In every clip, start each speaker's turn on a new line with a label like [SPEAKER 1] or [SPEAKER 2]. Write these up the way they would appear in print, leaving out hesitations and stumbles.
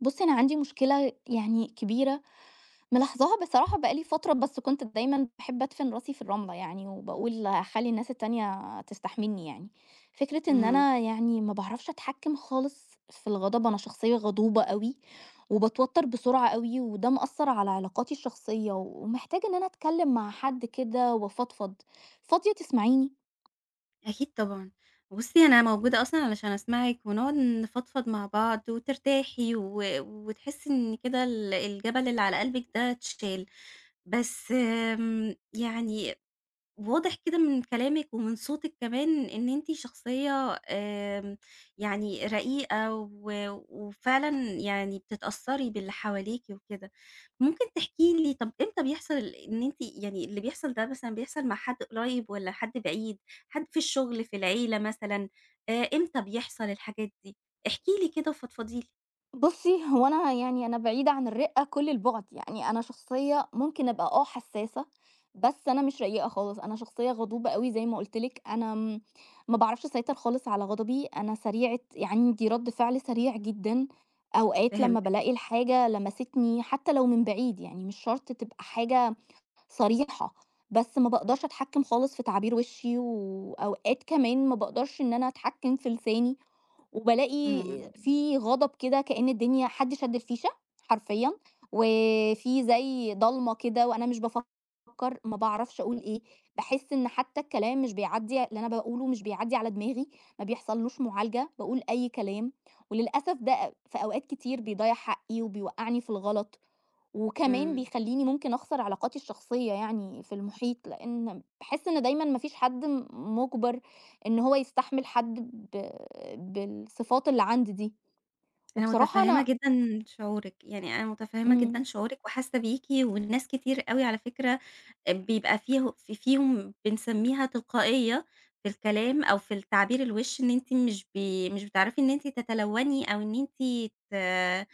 [SPEAKER 1] بُصّي، أنا عندي مشكلة يعني كبيرة ملاحظاها بصراحة بقى لي فترة، بس كنت دايمًا باحب أدفن راسي في الرملة يعني، وباقول هاخلّي الناس التانية تستحملني يعني. فكرة إن
[SPEAKER 2] اهم.
[SPEAKER 1] أنا يعني ما باعرفش أتحكم خالص في الغضب، أنا شخصية غضوبة أوي، وباتوتر بسرعة أوي، وده مأثّر على علاقاتي الشخصية، ومحتاجة إن أنا أتكلم مع حد كده وأفضفض. فاضية تسمعيني؟
[SPEAKER 2] أكيد طبعًا. بُصّي، أنا موجودة أصلًا علشان أسمعِك ونقعد نفضفض مع بعض وترتاحي و وتحسّي إن كده ال الجبل اللي على قلبِك ده اتشال. بس يعني واضح كده من كلامِك ومن صوتِك كمان إن أنتِ شخصية يعني رقيقة و وفعلًا يعني بتتأثّري باللي حواليكِ وكده. ممكن تحكي لي طب إمتى بيحصل إن أنتِ يعني اللي بيحصل ده مثلًا بيحصل مع حد قريب والّا حد بعيد، حد في الشغل، في العيلة مثلًا، إمتى بيحصل الحاجات دي؟ احكي لي كده وفضفضي لي.
[SPEAKER 1] بُصّي، هو أنا يعني أنا بعيدة عن الرِّقّة كل البُعد، يعني أنا شخصية ممكن أبقى آه حسّاسة، بس أنا مش رقيقة خالص، أنا شخصية غضوبة أوي زي ما قُلت لِك، أنا ما باعرفش أسيطر خالص على غضبي، أنا سريعة يعني عندي رَد فعل سريع جدًا، أوقات لمّا
[SPEAKER 2] فهمتِك.
[SPEAKER 1] بالاقي الحاجة لمستني حتى لو من بعيد، يعني مش شرط تبقى حاجة صريحة، بس ما باقدرش أتحكّم خالص في تعابير وشّي، وأوقات كمان ما باقدرش إن أنا أتحكّم في لساني. وبالاقي
[SPEAKER 2] إمم.
[SPEAKER 1] في غضب كده كأن الدنيا حد شد الفيشة حرفيًا، وفي زي ضلمة كده وأنا مش بافكّر، ما باعرفش أقول إيه، باحس إن حتى الكلام مش بيعدّي اللي أنا باقوله مش بيعدّي على دماغي، ما بيحصلّوش معالجة، باقول أي كلام، وللأسف ده في أوقات كتير بيضيّع حقي وبيوقّعني في الغلط، وكمان
[SPEAKER 2] إمم.
[SPEAKER 1] بيخلّيني ممكن أخسر علاقاتي الشخصية يعني في المحيط، لإن باحس إن دايمًا ما فيش حد مُجبر إن هو يستحمل حد ب بالصفات اللي عندي دي،
[SPEAKER 2] أنا
[SPEAKER 1] وبصراحة
[SPEAKER 2] متفهّمة
[SPEAKER 1] أنا
[SPEAKER 2] جدًا شعورِك، يعني أنا متفهّمة
[SPEAKER 1] إمم،
[SPEAKER 2] جدًا شعورِك وحاسة بيكِ، والناس كتير أوي على فكرة بيبقى فيه فيهم بنسميها تلقائية في الكلام أو في التعبير الوِش إن أنتِ مش بتعرفي إن أنتِ تتلوّني أو إن أنتِ ت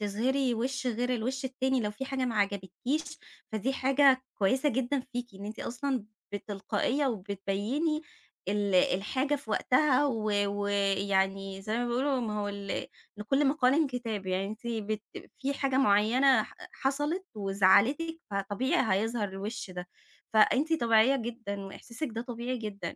[SPEAKER 2] تظهري وِش غير الوِش التاني لو في حاجة ما عجبتكيش، فدي حاجة كويسة جدًا فيكِ إن أنتِ أصلًا بتلقائية وبتبيّني ال الحاجة في وقتها و ويعني زي ما بيقولوا ما هو لكل مقال كتاب، يعني أنتِ بت في حاجة معيّنة حصلت وزعّلتِك، فطبيعي هيظهر الوِش ده، فأنتِ طبيعية جدًا وإحساسِك ده طبيعي جدًا،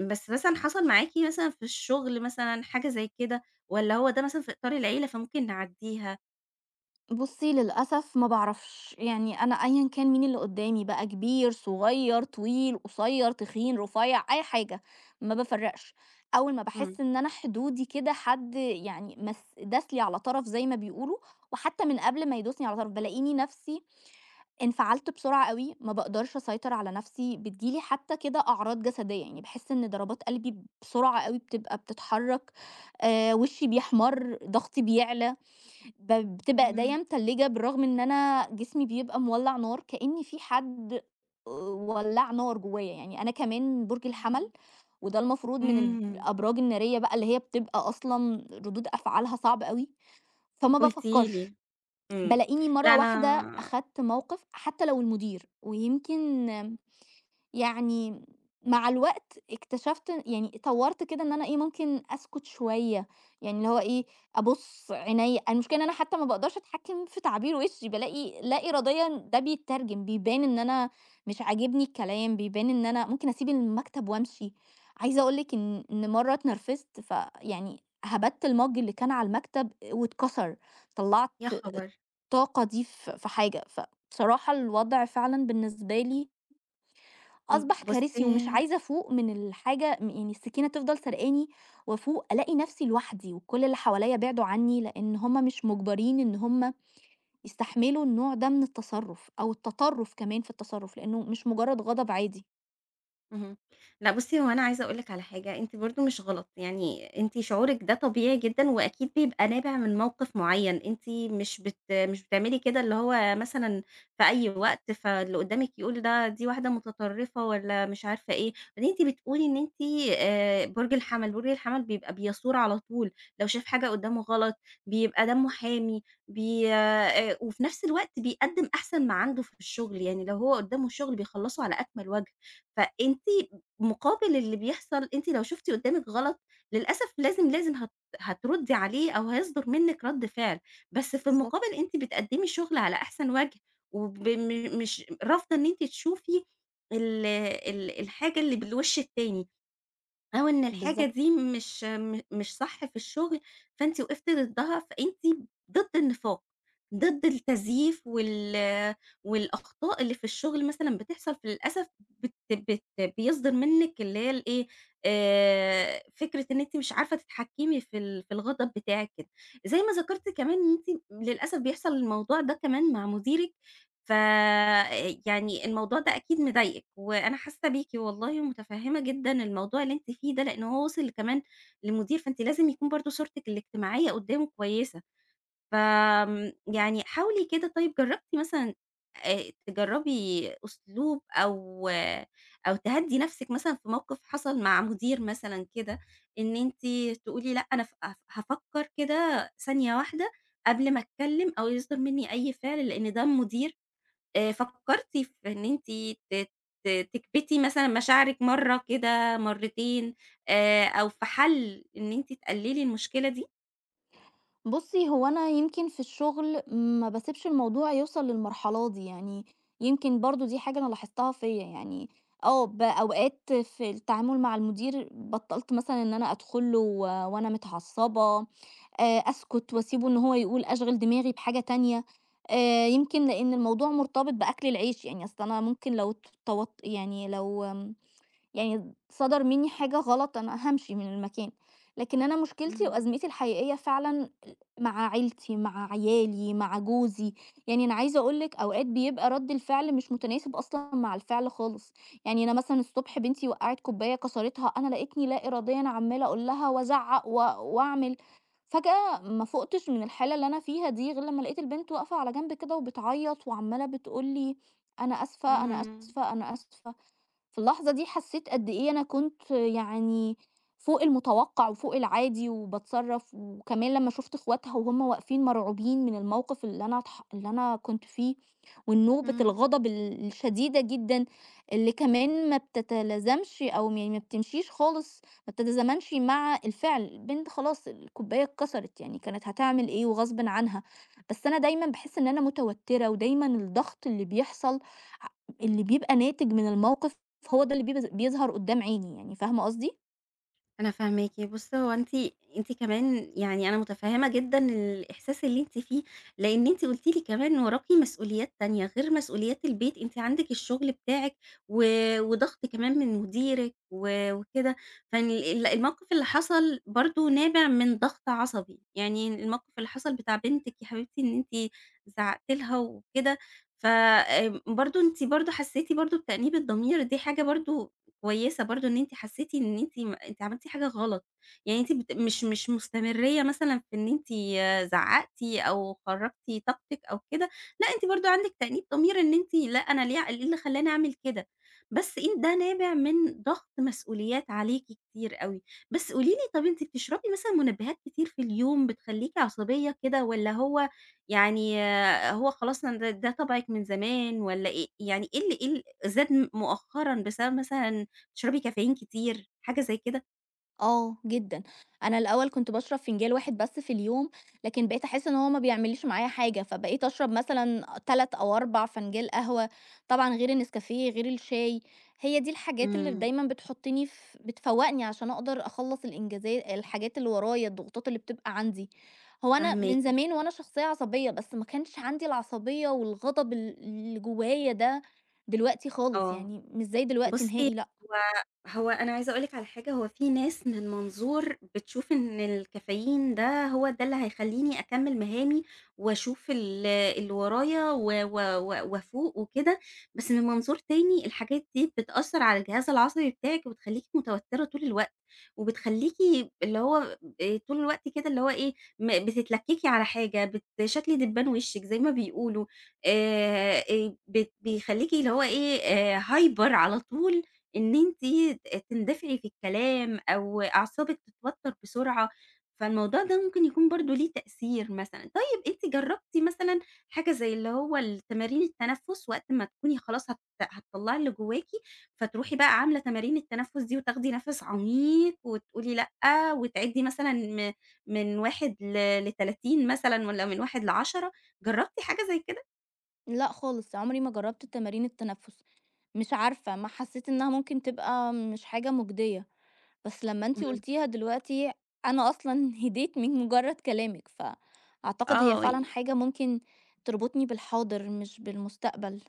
[SPEAKER 2] بس مثلًا حصل معاكِ مثلًا في الشغل مثلًا حاجة زي كده، والّا هو ده مثلًا في إطار العيلة فممكن نعدّيها؟
[SPEAKER 1] بُصّي للأسف ما باعرفش، يعني أنا أيًا كان مين اللي قدّامي بقى كبير، صغير، طويل، قصير، تخين، رفيع، أي حاجة، ما بافرّقش، أول ما
[SPEAKER 2] إمم،
[SPEAKER 1] باحس إن أنا حدودي كده حد يعني مس داس لي على طرف زي ما بيقولوا، وحتى من قبل ما يدوسني على طرف بالاقيني نفسي انفعلت بسرعة أوي، ما باقدرش أسيطر على نفسي، بتيجي لي حتى كده أعراض جسدية، يعني باحس إن ضربات قلبي بسرعة أوي بتبقى بتتحرك، وشي بيحمر، ضغطي بيعلى، بتبقى إيديا
[SPEAKER 2] إمم،
[SPEAKER 1] متلجة بالرغم إن أنا جسمي بيبقى مولّع نار، كأن في حد ولّع نار جوايا، يعني أنا كمان برج الحمل،
[SPEAKER 2] إمم.
[SPEAKER 1] وده المفروض من الب
[SPEAKER 2] إمم.
[SPEAKER 1] الأبراج النارية بقى اللي هي بتبقى أصلًا ردود أفعالها صعبة أوي، فما
[SPEAKER 2] قُلتِ
[SPEAKER 1] بافكرش.
[SPEAKER 2] لي. إمم.
[SPEAKER 1] بالاقيني مرة
[SPEAKER 2] لأ
[SPEAKER 1] واحدة
[SPEAKER 2] أنا
[SPEAKER 1] أخدت موقف حتى لو المدير، ويمكن يعني مع الوقت اكتشفت يعني طوّرت كده إن أنا إيه، ممكن أسكت شوية، يعني اللي هو إيه، أبُص عينيّا المشكلة إن أنا حتى ما باقدرش أتحكّم في تعبير وشّي، بالاقي لا إراديًا ده بيتّرجم، بيبان إن أنا مش عاجبني الكلام، بيبان إن أنا ممكن أسيب المكتب وأمشي. عايزة أقول لِك إن مرّة اتنرفزت، فيعني هبَتّ المَج اللي كان على المكتب واتكسر، طلّعت
[SPEAKER 2] يا خبر!
[SPEAKER 1] الطاقة دي في حاجة، فبصراحة الوضع فعلًا بالنسبة لي أصبح كارثي، ومش
[SPEAKER 2] بُصّي.
[SPEAKER 1] عايزة أفوق من الحاجة يعني السكينة تفضل سرقاني وأفوق ألاقي نفسي لوحدي، وكل اللي حواليّا بعدوا عني، لإن هُم مش مُجبرين إن هُم يستحملوا النوع ده من التصرُّف، أو التطرُّف كمان في التصرُّف، لإنه مش مجرد غضب عادي.
[SPEAKER 2] اهم. لأ بُصّي، هو أنا عايزة أقول لِك على حاجة، أنتِ برضه مش غلط، يعني أنتِ شعورِك ده طبيعي جدًا وأكيد بيبقى نابع من موقف معيّن، أنتِ مش بتعملي كده اللي هو مثلًا في أي وقت، فاللي قدّامِك يقول ده دي واحدة متطرّفة والّا مش عارفة إيه، بعدين أنتِ بتقولي إن أنتِ برج الحَمَل، برج الحَمَل بيبقى بيثور على طول، لو شاف حاجة قدّامه غلط بيبقى دمّه حامي، بي وفي نفس الوقت بيقدّم أحسن ما عنده في الشغل، يعني لو هو قدّامه الشغل بيخلّصه على أكمل وجه. فأنتِ مقابل اللي بيحصل، أنتِ لو شُفتِ قدّامِك غلط للأسف لازم، لازم هت هتردّي عليه أو هيصدر منِّك رَد فعل، بس في المقابل
[SPEAKER 1] بالضبط،
[SPEAKER 2] أنتِ بتقدّمي الشغل على أحسن وجه وب م مش رافضة إن أنتِ تشوفي ال الحاجة اللي بالوِش التاني، أو إن الحاجة
[SPEAKER 1] بالضبط.
[SPEAKER 2] دي مش صح في الشغل، فأنتِ وقفتِ ضدها، فأنتِ ضد النفاق، ضد التزييف وال والأخطاء اللي في الشغل مثلًا بتحصل فللأسف بت بت بيصدر منِّك اللي هي الإيه، فكرة إن أنتِ مش عارفة تتحكمي في الغضب بتاعِك كده. زي ما ذكرتِ كمان إن أنتِ للأسف بيحصل الموضوع ده كمان مع مديرِك ف يعني الموضوع ده أكيد مضايقِك، وأنا حاسة بيكِ والله ومتفهمة جدًا الموضوع اللي أنتِ فيه ده، لأن هو وصل كمان لمدير، فأنتِ لازم يكون برضه صورتِك الاجتماعية قدامه كويسة. فآمم، يعني حاولي كده طيب جربتِ مثلًا تجربي أسلوب أو تهدّي نفسِك مثلًا في موقف حصل مع مدير مثلًا كده، إن أنتِ تقولي لأ أنا ف هاف هافكر كده ثانية واحدة قبل ما أتكلم أو يصدر مني أي فعل، لأن ده المدير. فكرتِ في إن أنتِ ت ت تكبتي مثلًا مشاعرِك مرّة كده، مرّتين، أو في حل إن أنتِ تقللي المشكلة دي؟
[SPEAKER 1] بُصّي، هو أنا يمكن في الشغل ما باسيبش الموضوع يوصل للمرحلة دي، يعني يمكن برضه دي حاجة أنا لاحظتها فيّا يعني آه، أوقات في التعامل مع المدير بطّلت مثلًا إن أنا أدخل له و وأنا متعصبة، أسكت وأسيبه إن هو يقول أشغِل دماغي بحاجة تانية، يمكن لإن الموضوع مرتبط بأكل العيش، يعني أصل أنا ممكن لو يعني صدر مني حاجة غلط أنا هامشي من المكان، لكن أنا مشكلتي
[SPEAKER 2] إمم.
[SPEAKER 1] وأزمتي الحقيقية فعلًا مع عيلتي، مع عيالي، مع جوزي، يعني أنا عايزة أقول لِك أوقات بيبقى رد الفعل مش متناسب أصلًا مع الفعل خالص، يعني أنا مثلًا الصبح بنتي وقعت كوباية كسرتها، أنا لقيتني لا إراديًا عمّالة أقول لها وأزعق وأعمل، فجأة ما فُقتش من الحالة اللي أنا فيها دي غير لمّا لقيت البنت واقفة على جنب كده وبتعيط وعمّالة بتقول لي: "أنا آسفة، أنا
[SPEAKER 2] اهم.
[SPEAKER 1] آسفة، أنا آسفة." في اللحظة دي حسيت قد إيه أنا كنت يعني فوق المتوقع وفوق العادي وباتصرف وكمان لمّا شُفت أخواتها وهُم واقفين مرعوبين من الموقف اللي أنا اللي أنا كنت فيه، والنوبة
[SPEAKER 2] إمم.
[SPEAKER 1] الغضب الشديدة جدًا اللي كمان ما بتتلازمش أو يعني ما بتمشيش خالص ما بتتزامنش مع الفعل، البنت خلاص الكوباية اتكسرت يعني كانت هتعمل إيه وغصبٍ عنها، بس أنا دايمًا باحس إن أنا متوترة ودايمًا الضغط اللي بيحصل ع اللي بيبقى ناتج من الموقف فهو ده اللي بيظهر قدّام عيني يعني، فاهمة قصدي؟
[SPEAKER 2] أنا فاهماكِ، بُصّي هو أنتِ كمان يعني أنا متفهّمة جدًا الإحساس اللي أنتِ فيه، لإن أنتِ قُلتِ لي كمان وراكِ مسؤوليات تانية غير مسؤوليات البيت، أنتِ عندِك الشغل بتاعِك و وضغط كمان من مديرِك وكده، فال ال الموقف اللي حصل برضه نابع من ضغط عصبي، يعني الموقف اللي حصل بتاع بنتِك يا حبيبتي إن أنتِ زعقتِ لها وكده، ف برضه أنتِ برضه حسّيتِ برضه بتأنيب الضمير، دي حاجة برضه كويسة برضه إن أنتِ حسيتِ إن أنتِ عملتِ حاجة غلط، يعني أنتِ بت مش مستمرية مثلًا في إن أنتِ زعّقتِ أو خرّجتِ طاقتِك أو كده، لأ أنتِ برضه عندِك تأنيب ضمير إن أنتِ لأ أنا ليه إيه اللي خلّاني أعمل كده، بس إن ده نابع من ضغط مسؤوليات عليكِ كتير أوي، بس قولي لي طَب أنتِ بتشربي مثلًا منبهات كتير في اليوم بتخلّيكِ عصبية كده والّا هو يعني آه، هو خلاص أنا ده طبعِك من زمان والّا إيه، يعني إيه اللي إيه ال زاد مؤخرًا بسبب مثلًا تشربي كافيين كتير، حاجة زي كده.
[SPEAKER 1] آه، جدًا. أنا الأول كنت باشرب فنجان واحد بس في اليوم، لكن بقيت أحس إن هو ما بيعملّيش معايا حاجة، فبقيت أشرب مثلًا 3 أو 4 فنجان قهوة، طبعًا غير النسكافيه، غير الشاي. هي دي الحاجات اللي
[SPEAKER 2] إمم.
[SPEAKER 1] دايمًا بتحطّني بتفوّقني عشان أقدر أخلّص الحاجات اللي ورايا، الضغوطات اللي بتبقى عندي. هو أنا
[SPEAKER 2] فاهماكِ.
[SPEAKER 1] من زمان وأنا شخصية عصبية، بس ما كانش عندي العصبية والغضب اللي جوايا ده دلوقتي خالص،
[SPEAKER 2] آه.
[SPEAKER 1] يعني مش زي دلوقتي
[SPEAKER 2] بُصّي،
[SPEAKER 1] نهائي لأ.
[SPEAKER 2] هو هو أنا عايزة أقول لِك على حاجة، هو في ناس من منظور بتشوف إن الكافيين ده هو ده اللي هيخلّيني أكمّل مهامي وأشوف اللي ورايا و و و وأفوق وكده، بس من منظور تاني الحاجات دي بتأثّر على الجهاز العصبي بتاعِك وبتخلّيكِ متوتّرة طول الوقت وبتخلّيكِ اللي هو طول الوقت كده اللي هو إيه، بتتلكّكي على حاجة، بت شكل دبّان وشِّك زي ما بيقولوا. بت بيخلّيكِ اللي هو إيه، hyper على طول إن أنتِ تندفعي في الكلام أو أعصابِك تتوتر بسرعة، فالموضوع ده ممكن يكون برضه ليه تأثير مثلًا. طيب أنتِ جرّبتِ مثلًا حاجة زي اللي هو تمارين التنفُّس وقت ما تكوني خلاص هتطلّعي اللي جواكِ، فتروحي بقى عاملة تمارين التنفُّس دي وتاخدي نَفَس عميق وتقولي لأ، وتعدّي مثلًا من 1 ل30 مثلًا والّا من 1 ل10، جرّبتِ حاجة زي كده؟
[SPEAKER 1] لأ خالص، عمري ما جرّبت تمارين التنفُّس، مش عارفة، ما حسّيت إنّها ممكن تبقى مش حاجة مُجدية، بس لمّا أنتِ
[SPEAKER 2] اهم.
[SPEAKER 1] قُلتيها دلوقتي أنا أصلًا هديت من مُجرّد كلامِك، فأعتقد هي
[SPEAKER 2] آه.
[SPEAKER 1] فعلًا حاجة ممكن تربطني بالحاضر مش بالمستقبل،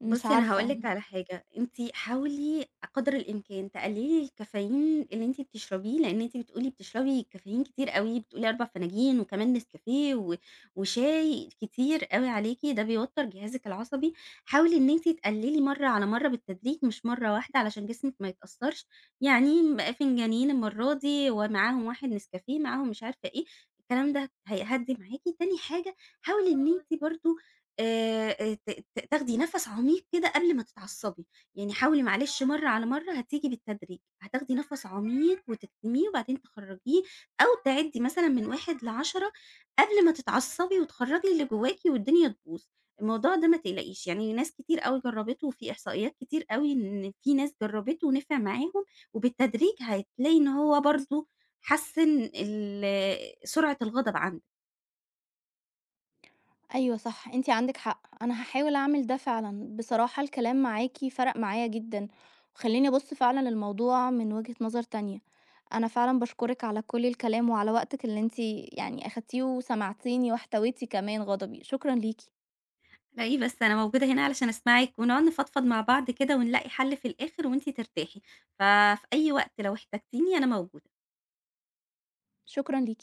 [SPEAKER 1] مش
[SPEAKER 2] بُصّي أنا هاقول
[SPEAKER 1] عارفة.
[SPEAKER 2] لِك على حاجة، أنتِ حاولي قدر الإمكان تقلّلي الكافيين اللي أنتِ بتشربيه، لإن أنتِ بتقولي بتشربي كافيين كتير أوي، بتقولي 4 فناجين وكمان نسكافيه وشاي كتير أوي عليكِ، ده بيوتّر جهازِك العصبي، حاولي إن أنتِ تقلّلي مرّة على مرّة بالتدريج مش مرّة واحدة علشان جسمِك ما يتأثّرش، يعني فنجانين المرّة دي ومعاهم 1 نسكافيه، معاهم مش عارفة إيه، الكلام ده هيهدّي معاكِ، تاني حاجة حاولي إن أنتِ برضه ت ت تاخدي نَفَس عميق كده قبل ما تتعصبي، يعني حاولي معلش مرّة على مرّة هتيجي بالتدريج، هتاخدي نَفَس عميق وتكتميه وبعدين تخرّجيه أو تعدّي مثلًا من 1 ل10 قبل ما تتعصبي وتخرّجي اللي جواكِ والدنيا تبوظ، الموضوع ده ما تقلقيش، يعني ناس كتير أوي جرّبته وفي إحصائيات كتير أوي إن في ناس جرّبته ونفع معاهم، وبالتدريج هتلاقي إن هو برضه حسّن سرعة الغضب عنده.
[SPEAKER 1] أيوه صح، أنتِ عندِك حق، أنا هاحاول أعمل ده فعلًا، بصراحة الكلام معاكِ فرق معايا جدًا، وخلّاني أبُص فعلًا للموضوع من وجهة نظر تانية، أنا فعلًا باشكرِك على كل الكلام وعلى وقتِك اللي أنتِ يعني أخدتيه وسمعتيني واحتويتِ كمان غضبي، شكرًا ليكِ،
[SPEAKER 2] على إيه بس، أنا موجودة هنا علشان أسمعِك، ونقعد نفضفض مع بعض كده ونلاقي حل في الآخر وأنتِ ترتاحي، ففي أي وقت لو احتجتيني أنا موجودة.
[SPEAKER 1] شكرًا ليكِ.